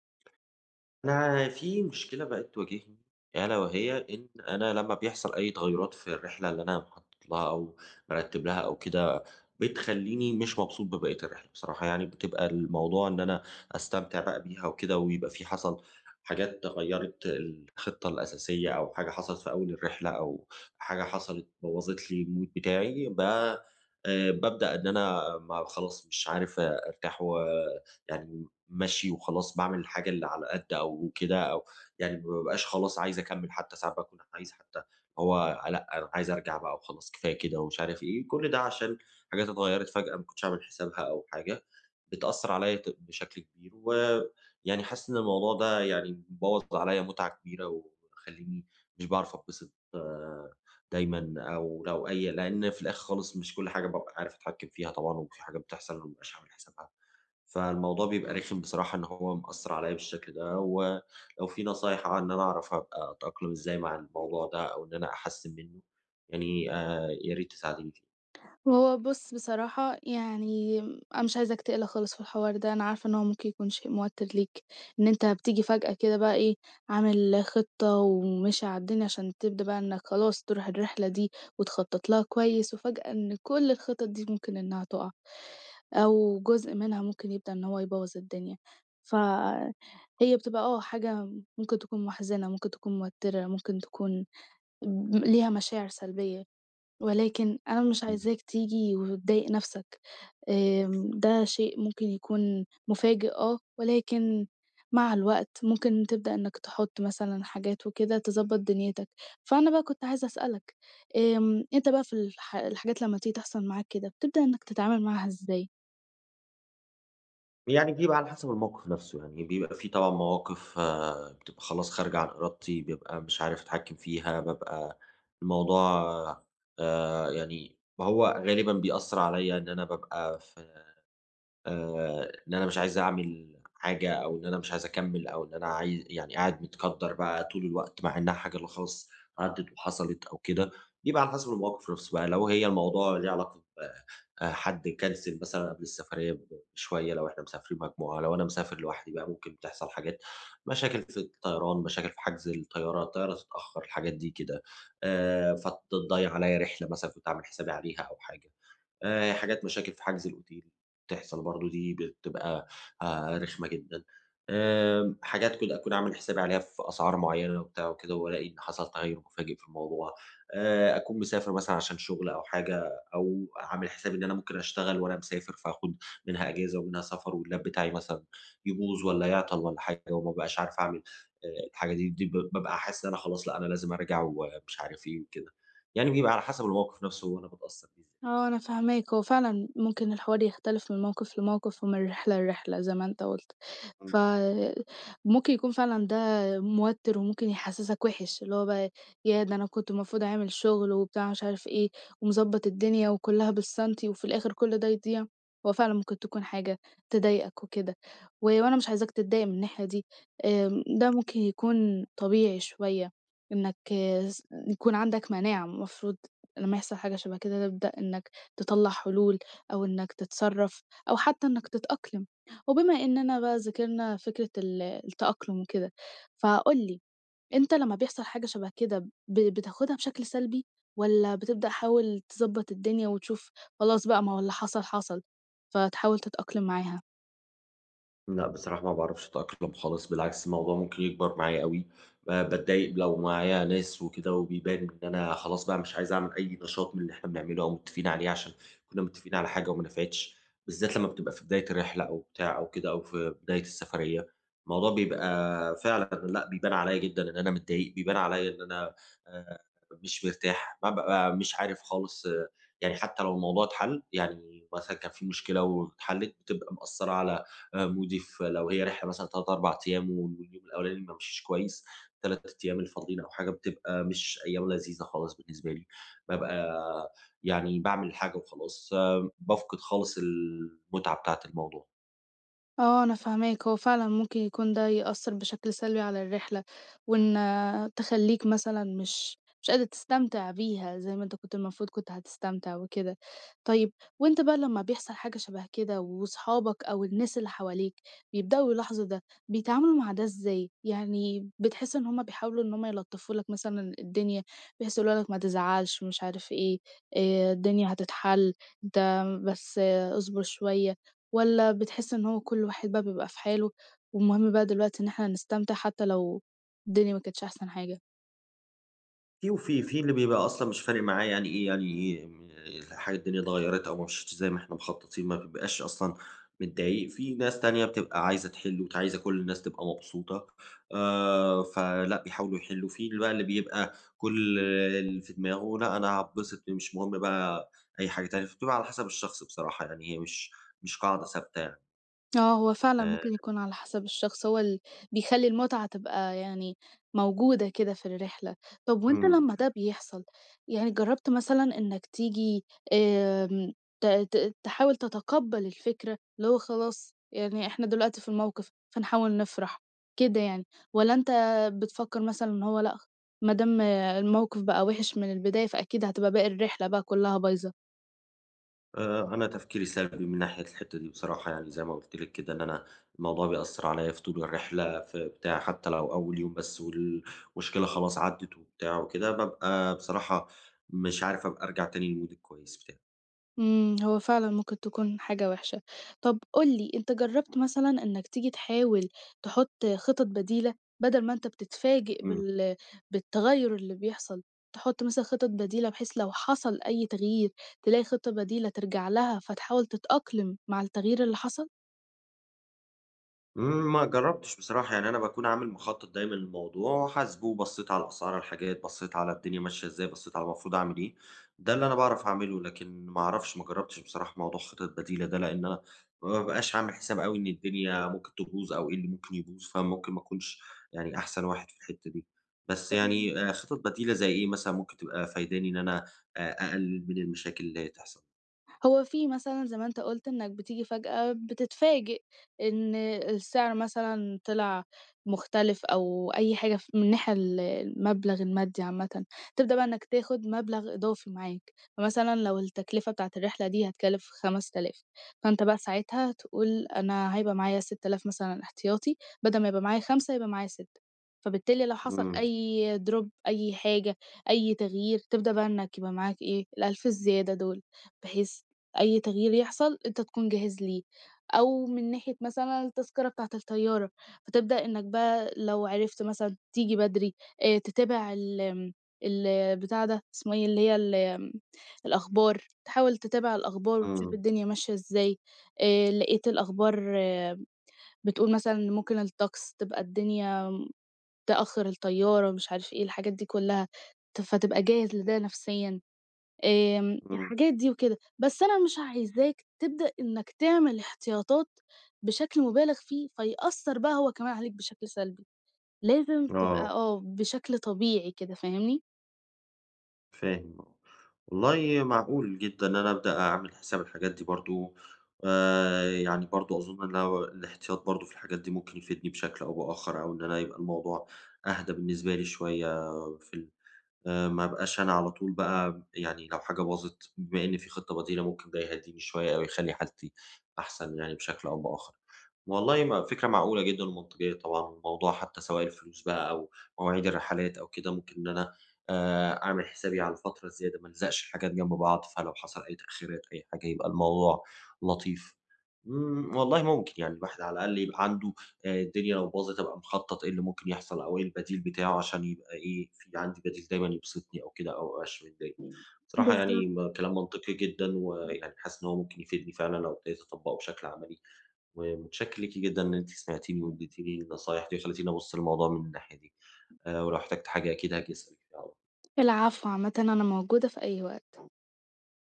أنا في مشكلة بقت تواجهني، ألا وهي إن أنا لمّا بيحصل أي تغيُّرات في الرحلة اللي أنا مخطط لها أو مرتّب لها أو كده، بتخلّيني مش مبسوط ببقية الرحلة بصراحة. يعني بتبقى الموضوع إن أنا أستمتع بقى بيها وكده، ويبقى في حصل حاجات غيّرت الخطة الأساسية، أو حاجة حصلت في أول الرحلة، أو حاجة حصلت بوّظت لي المود بتاعي. ب بابدأ إن أنا ما خلاص مش عارف أرتاح، ويعني ماشي وخلاص باعمل الحاجة اللي على قد أو كده، أو يعني ما بابقاش خلاص عايز أكمّل. حتى ساعات باكون عايز، حتى هو لأ، أنا عايز أرجع بقى وخلاص كفاية كده ومش عارف إيه. كل ده عشان حاجات اتغيّرت فجأة، ما كنتش عامل حسابها أو حاجة، بتأثّر عليَّ بشكل كبير. ويعني حاسس إن الموضوع ده يعني بوّظ عليَّ متعة كبيرة ومخلّيني مش باعرف أتبسط آه، دايمًا. أو لو أي لإن في الآخر خالص مش كل حاجة بابقى عارف أتحكّم فيها طبعًا، وفي حاجات بتحصل ما بابقاش عامل حسابها. فالموضوع بيبقى رخم بصراحة، إن هو مأثّر عليّا بالشكل ده، ولو في نصايح عن إن أنا أعرف أبقى أتأقلم إزاي مع الموضوع ده، أو إن أنا أحسّن منّه، يعني يا ريت تساعديني فيه. هو بُص بصراحة يعني أنا مش عايزاك تقلق خالص في الحوار ده، أنا عارفة إن هو ممكن يكون شيء موتِّر ليك، إن أنت بتيجي فجأة كده بقى إيه، عامل خطة وماشي على الدنيا عشان تبدأ بقى إنك خلاص تروح الرحلة دي وتخطط لها كويس، وفجأة إن كل الخطط دي ممكن إنها تُقع، أو جزء منها ممكن يبدأ إن هو يبوّظ الدنيا. فهي بتبقى حاجة ممكن تكون مُحزِنة، ممكن تكون موتِّرة، ممكن تكون ليها مشاعر سلبية. ولكن أنا مش إمم. عايزاك تيجي وتضايق نَفْسك، ده شيء ممكن يكون مفاجئ ولكن مع الوقت ممكن تبدأ إنك تحُط مثلًا حاجات وكده تضبّط دنيتك، فأنا بقى كنت عايزة أسألك، أنت بقى في الحاجات لمّا تيجي تحصل معاك كده، بتبدأ إنك تتعامل معاها إزاي؟ يعني بيبقى على حسب الموقف نَفْسه، يعني بيبقى في طبعًا مواقف آه، بتبقى خلاص خارجة عن إرادتي، بابقى مش عارف أتحكّم فيها. بابقى الموضوع يعني ما هو غالبًا بيأثّر عليّا إن أنا بابقى في إن أنا مش عايز أعمل حاجة، أو إن أنا مش عايز أكمّل، أو إن أنا يعني قاعد متقدّر بقى طول الوقت، مع إنها حاجة لا خلاص عدِّت وحصلت أو كده. بيبقى على حسب المواقف نفسه بقى. لو هي الموضوع ليه علاقة ب حد كنسل مثلًا قبل السفرية بشوية. لو إحنا مسافرين مجموعة، لو أنا مسافر لوحدي بقى ممكن تحصل حاجات: مشاكل في الطيران، مشاكل في حجز الطيارة، الطيارة تتأخّر، الحاجات دي كده، فتضيّع عليّا رحلة مثلًا كنت عامل حسابي عليها أو حاجة. حاجات مشاكل في حجز الأوتيل بتحصل برضه، دي بتبقى رخمة جدًا. حاجات كنت أكون عامل حسابي عليها في أسعار معيّنة وبتاع وكده، وألاقي إن حصل تغيُّر مفاجئ في الموضوع. أكون مسافر مثلًا عشان شغل أو حاجة، أو عامل حسابي إن أنا ممكن أشتغل وأنا مسافر، فآخُد منها أجازة ومنها سفر، والLap بتاعي مثلًا يبوظ والّا يعطل والّا حاجة، وما بابقاش عارف أعمل الحاجة دي. دي بابقى حاسس إن أنا خلاص لأ، أنا لازم أرجع ومش عارف إيه وكده. يعني بيبقى على حسب الموقف نَفْسه وأنا باتأثّر بيه إزاي. آه، أنا فاهماك، هو فعلًا ممكن الحوار يختلف من موقف لموقف ومن رحلة لرحلة زي ما أنت قُلت، فممكن يكون فعلًا ده موتِّر وممكن يحسّسك وِحِش، اللي هو بقى ياه! ده أنا كنت المفروض أعمل شغل وبتاع مش عارف إيه، ومضبّط الدنيا وكلّها بالسنتي وفي الآخر كل ده يضيع، هو فعلًا ممكن تكون حاجة تضايقك وكده، وأنا مش عايزاك تتضايق من الناحية دي، ده ممكن يكون طبيعي شوية إنك س يكون عندك مناعة المفروض لمّا يحصل حاجة شبه كده تبدأ إنّك تطلّع حلول أو إنّك تتصرّف أو حتّى إنّك تتأقلم. وبما إننا بقى ذكرنا فكرة التأقلم وكده، فقُل لي أنت لمّا بيحصل حاجة شبه كده بتاخدها بشكل سلبي والّا بتبدأ حاول تضبّط الدنيا وتشوف خلاص بقى ما هو اللي حصل، حصل، فتحاول تتأقلم معاها؟ لأ، بصراحة ما باعرفش أتأقلم خالص، بالعكس الموضوع ممكن يكبر معايا أوي. باتضايق لو معايا ناس وكده، وبيبان إن أنا خلاص بقى مش عايز أعمل أي نشاط من اللي إحنا بنعمله أو متفقين عليه، عشان كنا متفقين على حاجة وما نفعتش. بالذات لمّا بتبقى في بداية الرحلة أو بتاع أو كده، أو في بداية السفرية، الموضوع بيبقى فعلًا لأ، بيبان عليَّ جدًا إن أنا متضايق، بيبان عليَّ إن أنا آآ مش مرتاح. بابقى مش عارف خالص آه. يعني حتى لو الموضوع اتحل، يعني مثلًا كان في مشكلة واتحلت، بتبقى مأثّرة على مودي. في، لو هي رحلة مثلًا 3، 4 أيام واليوم الأولاني ما مشيش كويس، ال3 أيام الفاضلين أو حاجة بتبقى مش أيام لذيذة خالص بالنسبة لي. بابقى يعني باعمل حاجة وخلاص، بافقد خالص المتعة بتاعة الموضوع. آه، أنا فاهماك، هو فعلًا ممكن يكون ده يأثّر بشكل سلبي على الرحلة، وإن تخلّيك مثلًا مش قادر تستمتع بيها زي ما أنت كنت المفروض كنت هتستمتع وكده. طيب وأنت بقى لمّا بيحصل حاجة شبه كده وصحابك أو الناس اللي حواليك بيبدأوا يلاحظوا ده، بيتعاملوا مع ده إزاي؟ يعني بتحس إن هم بيحاولوا إن هم يلطّفوا لك مثلًا الدنيا، بحيث يقولوا لك ما تزعلش مش عارف إيه، الدنيا هتتحل، أنت بس اصبر شوية. والّا بتحس إن هو كل واحد بقى بيبقى في حاله، والمهم بقى دلوقتي إن إحنا نستمتع حتى لو الدنيا ما كانتش أحسن حاجة؟ في اللي بيبقى أصلًا مش فارق معاه يعني إيه، يعني إيه، الحاجة الدنيا اتغيّرت أو ما مشيتش زي ما إحنا مخططين، ما بيبقاش أصلًا متضايق. في ناس تانية بتبقى عايزة تحِل وعايزة كل الناس تبقى مبسوطة، فلأ، بيحاولوا يحِلّوا. في اللي بقى اللي بيبقى كل اللي في دماغه لأ، أنا هاتبسط مش مهم بقى أي حاجة تانية. فبتبقى على حسب الشخص بصراحة، يعني هي مش قاعدة ثابتة يعني. آه، هو فعلًا ممكن آآ يكون على حسب الشخص هو اللي بيخلّي المتعة تبقى يعني موجودة كده في الرحلة. طب وأنت إمم. لمّا ده بيحصل، يعني جرّبت مثلًا إنّك تيجي آمم ت ت تحاول تتقبّل الفكرة، اللي هو خلاص يعني إحنا دلوقتي في الموقف فنحاول نفرح كده يعني، والّا أنت بتفكّر مثلًا إن هو لأ، ما دام الموقف بقى وِحِش من البداية فأكيد هتبقى باقي الرحلة بقى كُلّها بايظة؟ أنا تفكيري سلبي من ناحية الحتّة دي بصراحة. يعني زي ما قُلت لِك كده، إن أنا الموضوع بيأثّر عليّا في طول الرحلة، في بتاع حتّى لو أول يوم بس والمشكلة خلاص عدّت وبتاع وكده، بابقى بصراحة مش عارف أبقى أرجع تاني للمود الكويس بتاعي. إمم، هو فعلًا ممكن تكون حاجة وحشة. طب قُل لي، أنت جرّبت مثلًا إنّك تيجي تحاول تحُط خطط بديلة، بدل ما أنت بتتفاجئ إمم. بالتغيُّر اللي بيحصل، تحُط مثلًا خطط بديلة بحيث لو حصل أي تغيير، تلاقي خطة بديلة ترجع لها فتحاول تتأقلم مع التغيير اللي حصل؟ ما جرّبتش بصراحة. يعني أنا باكون عامل مخطط دايمًا للموضوع، حاسبه، بصّيت على أسعار الحاجات، بصّيت على الدنيا ماشية إزاي، بصّيت على المفروض أعمل إيه. ده اللي أنا باعرف أعمله، لكن ما أعرفش، ما جرّبتش بصراحة موضوع خطط بديلة ده، لإن أنا ما بابقاش عامل حساب أوي إن الدنيا ممكن تبوظ أو إيه اللي ممكن يبوظ. فممكن ما أكونش يعني أحسن واحد في الحتّة دي. بس يعني خطط بديلة زي إيه مثلًا ممكن تبقى فايداني إن أنا أ أقلل من المشاكل اللي هي تحصل؟ هو في مثلًا زي ما أنت قُلت إنك بتيجي فجأة بتتفاجئ إن السعر مثلًا طلع مختلف أو أي حاجة ف من الناحية المبلغ المادي عامةً، تبدأ بقى إنك تاخد مبلغ إضافي معاك، فمثلًا لو التكلفة بتاعة الرحلة دي هتكلف 5000 فأنت بقى ساعتها هتقول أنا هيبقى معايا 6000 مثلًا احتياطي، بدل ما يبقى معايا 5 يبقى معايا 6 فبالتالي لو حصل إمم، أي drop أي حاجة، أي تغيير، تبدأ بقى إنك يبقى معاك إيه، ال1000 الزيادة دول، بحيث أي تغيير يحصل أنت تكون جاهز ليه، أو من ناحية مثلًا التذكرة بتاعة الطيارة، فتبدأ إنك بقى لو عرفت مثلًا تيجي بدري، تتابع ال آمم، البتاع ده اسمه إيه، اللي هي ال آمم، الأخبار، تحاول تتابع الأخبار وتشوف إمم، الدنيا ماشية إزاي، لقيت الأخبار بتقول مثلًا إن ممكن الطقس تبقى الدنيا تأخّر الطيارة، مش عارف إيه، الحاجات دي كلّها، فتبقى جاهز لده نفسيًا. إمم، الحاجات دي وكده، بس أنا مش عايزاك تبدأ إنك تعمل احتياطات بشكل مبالغ فيه، فيأثّر بقى هو كمان عليك بشكل سلبي، لازم تبقى آه. بشكل طبيعي كده، فاهمني؟ فاهم آه. والله معقول جدًا إن أنا أبدأ أعمل حساب الحاجات دي برضه. يعني برضه أظن إن أنا الاحتياط برضه في الحاجات دي ممكن يفيدني بشكل أو بآخر، أو إن أنا يبقى الموضوع أهدى بالنسبة لي شوية في ال ما ابقاش أنا على طول بقى، يعني لو حاجة باظت، بما إن في خطة بديلة ممكن ده يهدّيني شوية أو يخلّي حالتي أحسن يعني بشكل أو بآخر. والله ما فكرة معقولة جدًا ومنطقية طبعًا. الموضوع حتى، سواء الفلوس بقى أو مواعيد الرحلات أو كده، ممكن إن أنا أعمل حسابي على فترة زيادة، ما الزقش الحاجات جنب بعض، فلو حصل أي تأخيرات أي حاجة يبقى الموضوع لطيف. والله ممكن يعني الواحد على الأقل يبقى عنده الدنيا لو باظت أبقى مخطّط إيه اللي ممكن يحصل أو إيه البديل بتاعه، عشان يبقى إيه، في عندي بديل دايمًا يبسطني أو كده، أو ما أبقاش متضايق. بصراحة بالضبط. يعني كلام منطقي جدًا، ويعني حاسس إن هو ممكن يفيدني فعلًا لو ابتديت أطبّقه بشكل عملي. ومتشكر ليكِ جدًا إن أنتِ سمعتيني واديتيني النصايح دي وخلّيتيني أبُص للموضوع من الناحية دي، ولو احتجت حاجة أكيد هاجي أسألِك فيها على العفو، عامةً أنا موجودة في أي وقت.